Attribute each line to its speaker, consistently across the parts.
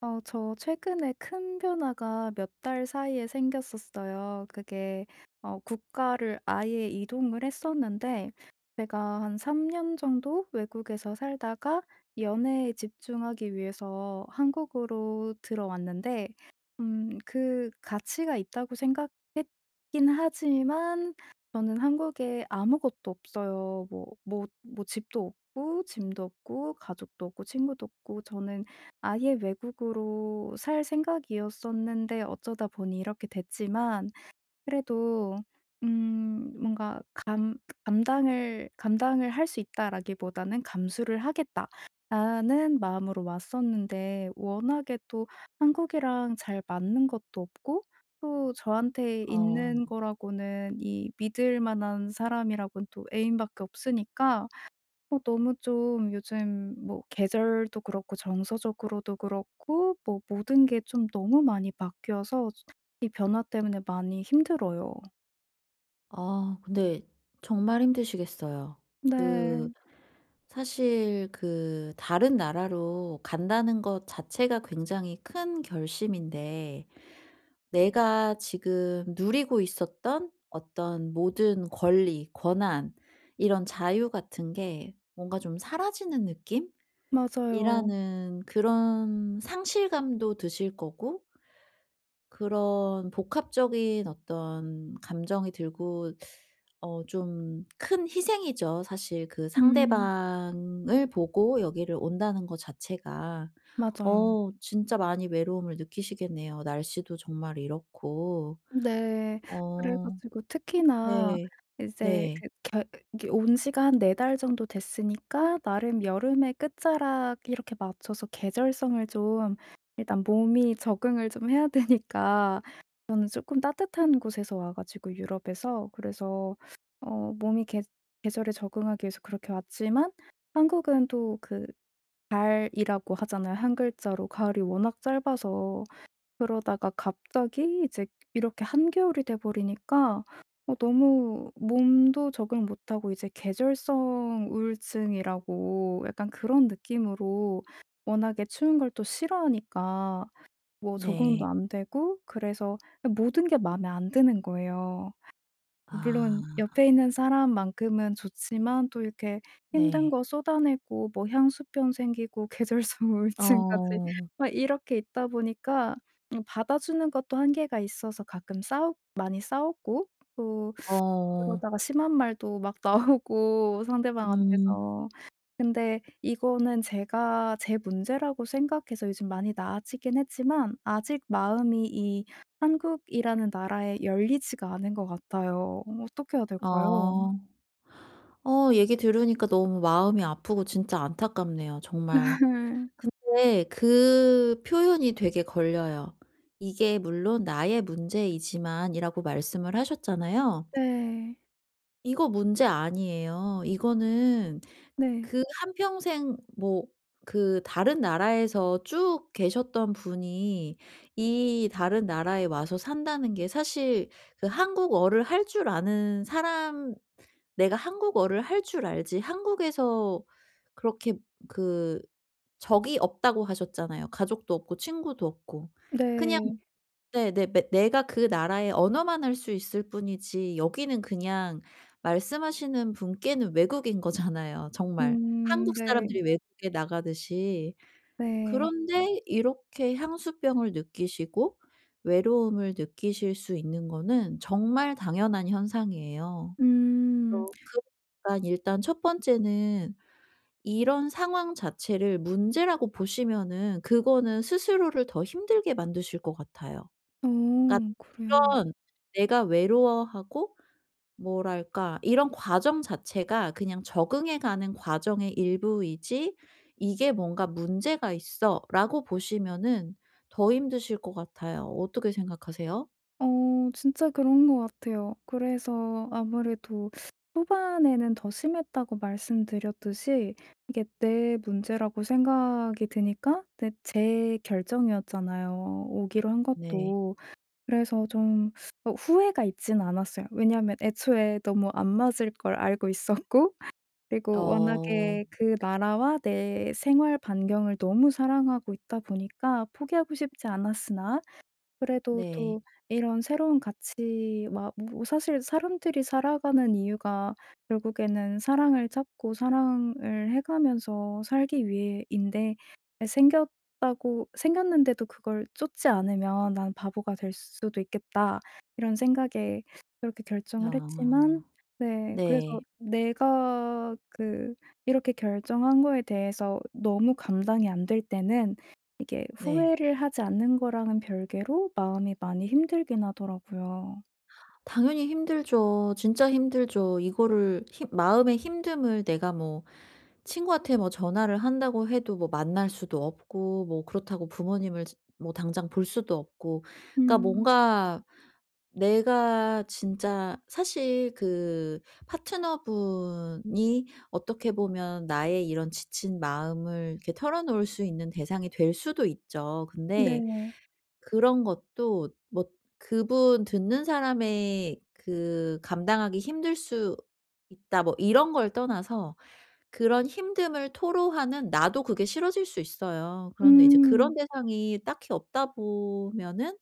Speaker 1: 저 최근에 큰 변화가 몇 달 사이에 생겼었어요. 그게 국가를 아예 이동을 했었는데, 제가 한 3년 정도 외국에서 살다가 연애에 집중하기 위해서 한국으로 들어왔는데, 그 가치가 있다고 생각했긴 하지만 저는 한국에 아무것도 없어요. 뭐 집도 없고 짐도 없고 가족도 없고 친구도 없고, 저는 아예 외국으로 살 생각이었었는데 어쩌다 보니 이렇게 됐지만, 그래도 뭔가 감 감당을 감당을 할 수 있다라기보다는 '감수를 하겠다.'라는 마음으로 왔었는데, 워낙에 또 한국이랑 잘 맞는 것도 없고 또 저한테
Speaker 2: 어.
Speaker 1: 있는 거라고는, 이 믿을 만한 사람이라고는 또 애인밖에 없으니까 너무 좀 요즘 뭐 계절도 그렇고 정서적으로도 그렇고 뭐 모든 게 좀 너무 많이 바뀌어서 이 변화 때문에 많이 힘들어요.
Speaker 2: 아 근데 정말 힘드시겠어요. 그
Speaker 1: 네.
Speaker 2: 사실 그 다른 나라로 간다는 것 자체가 굉장히 큰 결심인데, 내가 지금 누리고 있었던 어떤 모든 권리, 권한, 이런 자유 같은 게 뭔가 좀 사라지는
Speaker 1: 맞아요.
Speaker 2: 느낌이라는 그런 상실감도 드실 거고, 그런 복합적인 어떤 감정이 들고, 좀 큰 희생이죠. 사실 그
Speaker 1: 음
Speaker 2: 상대방을 보고 여기를 온다는 것 자체가.
Speaker 1: 맞아요.
Speaker 2: 진짜 많이 외로움을 느끼시겠네요. 날씨도 정말 이렇고.
Speaker 1: 네. 그래
Speaker 2: 어.
Speaker 1: 가지고 특히나
Speaker 2: 네.
Speaker 1: 이제
Speaker 2: 네.
Speaker 1: 그 겨 이게 온 지가 한 네 달 정도 됐으니까, 나름 여름의 끝자락 이렇게 맞춰서 계절성을 좀, 일단 몸이 적응을 좀 해야 되니까. 저는 조금 따뜻한 곳에서 와 가지고, 유럽에서, 그래서 몸이 계 계절에 적응하기 위해서 그렇게 왔지만, 한국은 또 그 가을이라고 하잖아요, 한 글자로. 가을이 워낙 짧아서 그러다가 갑자기 이제 이렇게 한겨울이 돼 버리니까 너무 몸도 적응 못하고, 이제 계절성 우울증이라고 약간 그런 느낌으로, 워낙에 추운 걸 또 싫어하니까 뭐 적응도
Speaker 2: 네.
Speaker 1: 안 되고, 그래서 모든 게 마음에 안 드는 거예요. 물론
Speaker 2: 아
Speaker 1: 옆에 있는 사람만큼은 좋지만, 또 이렇게 힘든
Speaker 2: 네.
Speaker 1: 거 쏟아내고 뭐 향수병 생기고 계절성 우울증까지
Speaker 2: 어.
Speaker 1: 막 이렇게 있다 보니까 받아주는 것도 한계가 있어서, 가끔 싸우 많이 싸웠고, 또
Speaker 2: 어.
Speaker 1: 그러다가 심한 말도 막 나오고,
Speaker 2: 음.
Speaker 1: 상대방한테서. 근데 이거는 제가 제 문제라고 생각해서 요즘 많이 나아지긴 했지만, 아직 마음이 이 한국이라는 나라에 열리지가 않은 것 같아요. 어떻게 해야 될까요?
Speaker 2: 아. 얘기 들으니까 너무 마음이 아프고 진짜 안타깝네요 정말. 근데 그 표현이 되게 걸려요. "이게 물론 나의 문제이지만"이라고 말씀을 하셨잖아요.
Speaker 1: 네.
Speaker 2: 이거 문제 아니에요. 이거는
Speaker 1: 네.
Speaker 2: 그 한평생 뭐 그 다른 나라에서 쭉 계셨던 분이 이 다른 나라에 와서 산다는 게, 사실 그 한국어를 할 줄 아는 사람, 내가 한국어를 할 줄 알지 한국에서 그렇게 그 적이 없다고 하셨잖아요. 가족도 없고 친구도 없고. 그냥
Speaker 1: 네.
Speaker 2: 네 네 매 내가 그 나라의 언어만 할 수 있을 뿐이지, 여기는 그냥 말씀하시는 분께는 외국인 거잖아요 정말. 한국
Speaker 1: 네.
Speaker 2: 사람들이 외국에 나가듯이.
Speaker 1: 네.
Speaker 2: 그런데 이렇게 향수병을 느끼시고 외로움을 느끼실 수 있는 거는 정말 당연한 현상이에요. 그
Speaker 1: 음.
Speaker 2: 그러니까 일단 첫 번째는 이런 상황 자체를 문제라고 보시면은 그거는 스스로를 더 힘들게 만드실 것 같아요.
Speaker 1: 어
Speaker 2: 그러니까
Speaker 1: 그래요.
Speaker 2: 이런 내가 외로워하고 뭐랄까 이런 과정 자체가 그냥 적응해 가는 과정의 일부이지 '이게 뭔가 문제가 있어.'라고 보시면은 더 힘드실 것 같아요. 어떻게 생각하세요?
Speaker 1: 어 진짜 그런 것 같아요. 그래서 아무래도 초반에는 더 심했다고 말씀드렸듯이 이게 내 문제라고 생각이 드니까. 근데 제 결정이었잖아요, 오기로 한
Speaker 2: 네.
Speaker 1: 것도. 그래서 좀 후회가 있진 않았어요. 왜냐하면 애초에 너무 안 맞을 걸 알고 있었고 그리고
Speaker 2: 어.
Speaker 1: 워낙에 그 나라와 내 생활 반경을 너무 사랑하고 있다 보니까 포기하고 싶지 않았으나, 그래도
Speaker 2: 네.
Speaker 1: 또 이런 새로운 가치와, 뭐 사실 사람들이 살아가는 이유가 결국에는 사랑을 찾고 사랑을 해 가면서 살기 위해인데 예 생겼다고, 생겼는데도 그걸 좇지 않으면 '난 바보가 될 수도 있겠다.' 이런 생각에 그렇게 결정을
Speaker 2: 아.
Speaker 1: 했지만, 네
Speaker 2: 네.
Speaker 1: 그래서
Speaker 2: 네.
Speaker 1: 내가 그 이렇게 결정한 거에 대해서 너무 감당이 안 될 때는, 이게
Speaker 2: 네.
Speaker 1: 후회를 하지 않는 거랑은 별개로 마음이 많이 힘들긴 하더라고요.
Speaker 2: 당연히 힘들죠. 진짜 힘들죠. 이거를 힘 마음의 힘듦을 내가 뭐 친구한테 뭐 전화를 한다고 해도 뭐 만날 수도 없고, 뭐 그렇다고 부모님을 지 뭐 당장 볼 수도 없고. 그러니까
Speaker 1: 음.
Speaker 2: 뭔가 내가 진짜 사실 그 파트너분이 어떻게 보면 나의 이런 지친 마음을 이렇게 털어놓을 수 있는 대상이 될 수도 있죠. 근데
Speaker 1: 네.
Speaker 2: 그런 것도 뭐 그분 듣는 사람의 그 감당하기 힘들 수 있다 뭐 이런 걸 떠나서 그런 힘듦을 토로하는 나도 그게 싫어질 수 있어요. 그런데 이제
Speaker 1: 음.
Speaker 2: 그런 대상이 딱히 없다 보면은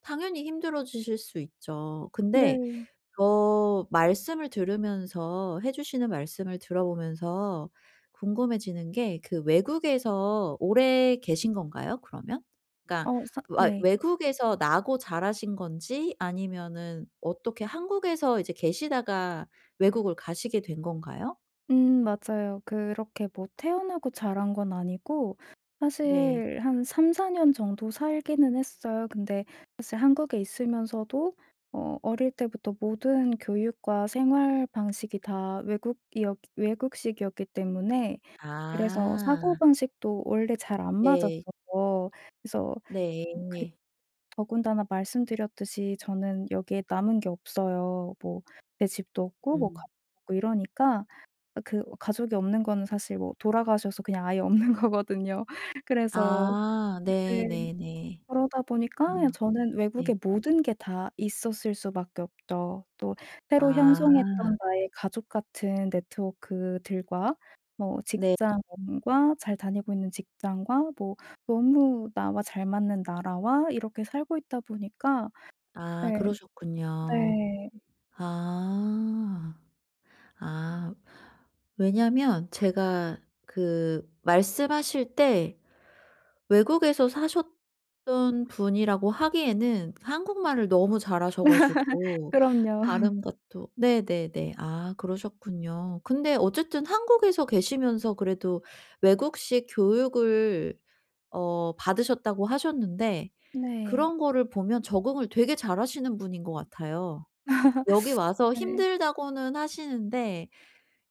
Speaker 2: 당연히 힘들어지실 수 있죠. 근데
Speaker 1: 네.
Speaker 2: 말씀을 들으면서 해 주시는 말씀을 들어보면서 궁금해지는 게, 그 외국에서 오래 계신 건가요 그러면? 그러니까
Speaker 1: 어 사
Speaker 2: 와
Speaker 1: 네.
Speaker 2: 외국에서 나고 자라신 건지 아니면은 어떻게 한국에서 이제 계시다가 외국을 가시게 된 건가요?
Speaker 1: 맞아요. 그렇게 뭐 태어나고 자란 건 아니고,
Speaker 2: 네.
Speaker 1: 사실 한 3-4년 정도 살기는 했어요. 근데 사실 한국에 있으면서도 어릴 때부터 모든 교육과 생활 방식이 다 외국이었 외국식이었기 때문에, 그래서
Speaker 2: 아.
Speaker 1: 사고방식도 원래 잘 안
Speaker 2: 네.
Speaker 1: 맞았어요. 그래서, 그리고
Speaker 2: 네.
Speaker 1: 더군다나 말씀드렸듯이 저는 여기에 남은 게 없어요. 뭐 제 집도 없고 뭐
Speaker 2: 음.
Speaker 1: 가족도 없고 이러니까. 그 가족이 없는 거는 사실 뭐 돌아가셔서 그냥 아예 없는 거거든요. 그래서
Speaker 2: 아
Speaker 1: 네.
Speaker 2: 네네네.
Speaker 1: 그러다 보니까 그냥
Speaker 2: 아
Speaker 1: 저는
Speaker 2: 네.
Speaker 1: 외국에 모든 게 다 있었을 수밖에 없죠. 또 새로
Speaker 2: 아
Speaker 1: 형성했던 나의 가족 같은 네트워크들과 뭐
Speaker 2: 네.
Speaker 1: 직장과, 잘 다니고 있는 직장과, 뭐 너무 나와 잘 맞는 나라와 이렇게 살고 있다 보니까.
Speaker 2: 아
Speaker 1: 네.
Speaker 2: 그러셨군요.
Speaker 1: 네.
Speaker 2: 아. 아. 왜냐면 제가 그 말씀하실 때 외국에서 사셨던 분이라고 하기에는 한국말을 너무 잘하셔 가지고
Speaker 1: 그럼요.
Speaker 2: 다른 것도 네네네. 아 그러셨군요. 근데 어쨌든 한국에서 계시면서 그래도 외국식 교육을 받으셨다고 하셨는데, 그런 거를 보면 적응을 되게 잘하시는 분인 것 같아요. 여기 와서
Speaker 1: 네. 네.
Speaker 2: 힘들다고는 하시는데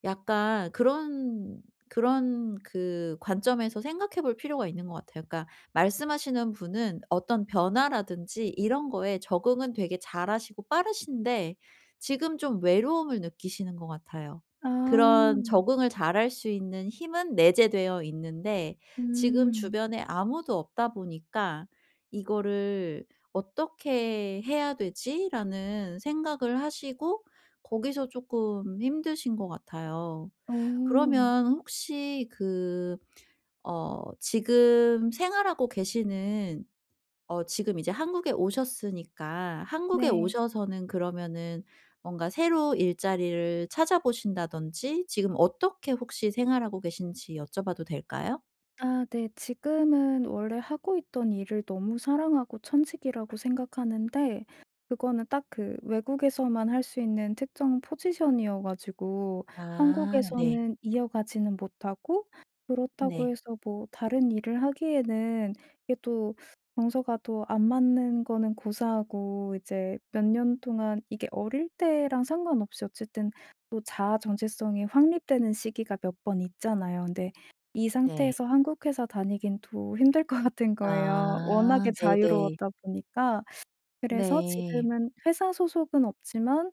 Speaker 2: 약간 그런 그 관점에서 생각해 볼 필요가 있는 것 같아요. 그러니까 말씀하시는 분은 어떤 변화라든지 이런 거에 적응은 되게 잘하시고 빠르신데 지금 좀 외로움을 느끼시는 것 같아요.
Speaker 1: 아.
Speaker 2: 그런 적응을 잘할 수 있는 힘은 내재되어 있는데 지금
Speaker 1: 음.
Speaker 2: 주변에 아무도 없다 보니까 '이거를 어떻게 해야 되지?'라는 생각을 하시고 거기서 조금 힘드신 것 같아요.
Speaker 1: 어.
Speaker 2: 그러면 혹시 그 지금 생활하고 계시는, 지금 이제 한국에 오셨으니까 한국에
Speaker 1: 네.
Speaker 2: 오셔서는 그러면은 뭔가 새로 일자리를 찾아보신다든지 지금 어떻게 혹시 생활하고 계신지 여쭤봐도 될까요?
Speaker 1: 아 네. 지금은 원래 하고 있던 일을 너무 사랑하고 천직이라고 생각하는데, 그거는 딱 그 외국에서만 할 수 있는 특정 포지션이어 가지고
Speaker 2: 아 네.
Speaker 1: 한국에서는 이어가지는 못하고, 그렇다고
Speaker 2: 네.
Speaker 1: 해서 뭐 다른 일을 하기에는, 이게 또 정서가 또 안 맞는 거는 고사하고, 이제 몇 년 동안 이게 어릴 때랑 상관없이 어쨌든 또 자아 정체성이 확립되는 시기가 몇 번 있잖아요. 근데 이
Speaker 2: 네.
Speaker 1: 상태에서 한국 회사 다니긴 또 힘들 것 같은 거예요,
Speaker 2: 아
Speaker 1: 워낙에
Speaker 2: 네네.
Speaker 1: 자유로웠다 보니까. 그래서
Speaker 2: 네.
Speaker 1: 지금은 회사 소속은 없지만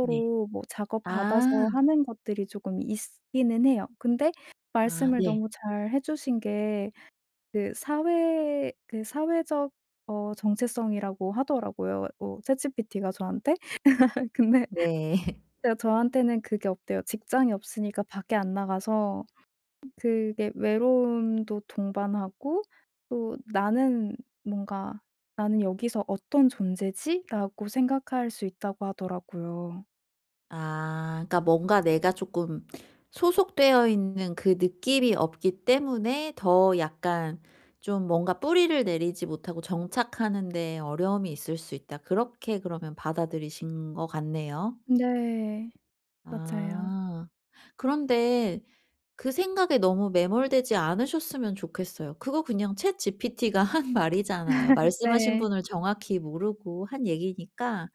Speaker 2: 네.
Speaker 1: 뭐 작업
Speaker 2: 아.
Speaker 1: 받아서 하는 것들이 조금 있기는 해요. 근데
Speaker 2: 아
Speaker 1: 말씀을
Speaker 2: 네.
Speaker 1: 너무 잘 해 주신 게, 그 사회, 그 사회적 정체성이라고 하더라고요, ChatGPT가 저한테. 근데
Speaker 2: 네.
Speaker 1: 제가, 저한테는 그게 없대요, 직장이 없으니까. 밖에 안 나가서 그게 외로움도 동반하고, 또 '나는 뭔가, 나는 여기서 어떤 존재지?'라고 생각할 수 있다고 하더라고요.
Speaker 2: 아 그러니까 뭔가 내가 조금 소속되어 있는 그 느낌이 없기 때문에 더 약간 좀 뭔가 뿌리를 내리지 못하고 정착하는 데 어려움이 있을 수 있다. 그렇게 그러면 받아들이신 것 같네요.
Speaker 1: 네. 맞아요.
Speaker 2: 아. 그런데 그 생각에 너무 매몰되지 않으셨으면 좋겠어요. 그거 그냥 챗GPT가 한 말이잖아요. 말씀하신
Speaker 1: 네.
Speaker 2: 분을 정확히 모르고 한 얘기니까.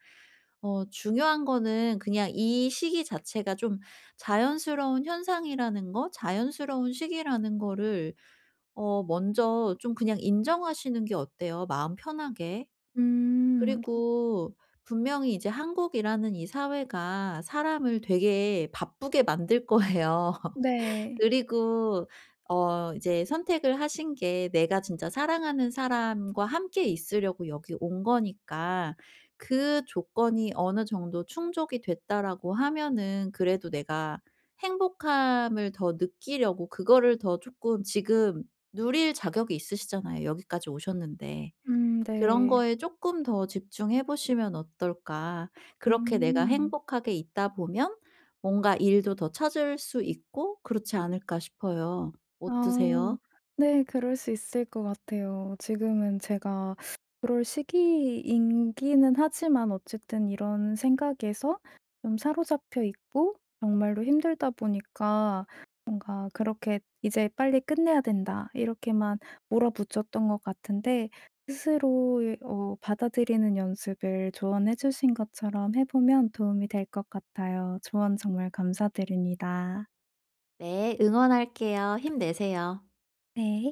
Speaker 2: 중요한 거는 그냥 이 시기 자체가 좀 자연스러운 현상이라는 거, 자연스러운 시기라는 거를 먼저 좀 그냥 인정하시는 게 어때요? 마음 편하게.
Speaker 1: 음.
Speaker 2: 그리고 분명히 이제 한국이라는 이 사회가 사람을 되게 바쁘게 만들 거예요.
Speaker 1: 네.
Speaker 2: 그리고 이제 선택을 하신 게 내가 진짜 사랑하는 사람과 함께 있으려고 여기 온 거니까, 그 조건이 어느 정도 충족이 됐다라고 하면은 그래도 내가 행복함을 더 느끼려고 그거를 더 쪼끔 지금 누릴 자격이 있으시잖아요, 여기까지 오셨는데. 그런
Speaker 1: 네.
Speaker 2: 거에 쪼끔 더 집중해 보시면 어떨까. 그렇게 내가
Speaker 1: 음.
Speaker 2: 행복하게 있다 보면 뭔가 일도 더 찾을 수 있고 그렇지 않을까 싶어요.
Speaker 1: 아.
Speaker 2: 어떠세요?
Speaker 1: 네. 그럴 수 있을 것 같아요. 지금은 제가 그럴 시기이기는 하지만 어쨌든 이런 생각에서 좀 사로잡혀 있고 정말로 힘들다 보니까, 뭔가 그렇게 '이제 빨리 끝내야 된다.' 이렇게만 몰아붙였던 것 같은데, 스스로 받아들이는 연습을 조언해 주신 것처럼 해 보면 도움이 될 것 같아요. 조언 정말 감사드립니다.
Speaker 2: 네. 응원할게요. 힘내세요.
Speaker 1: 네.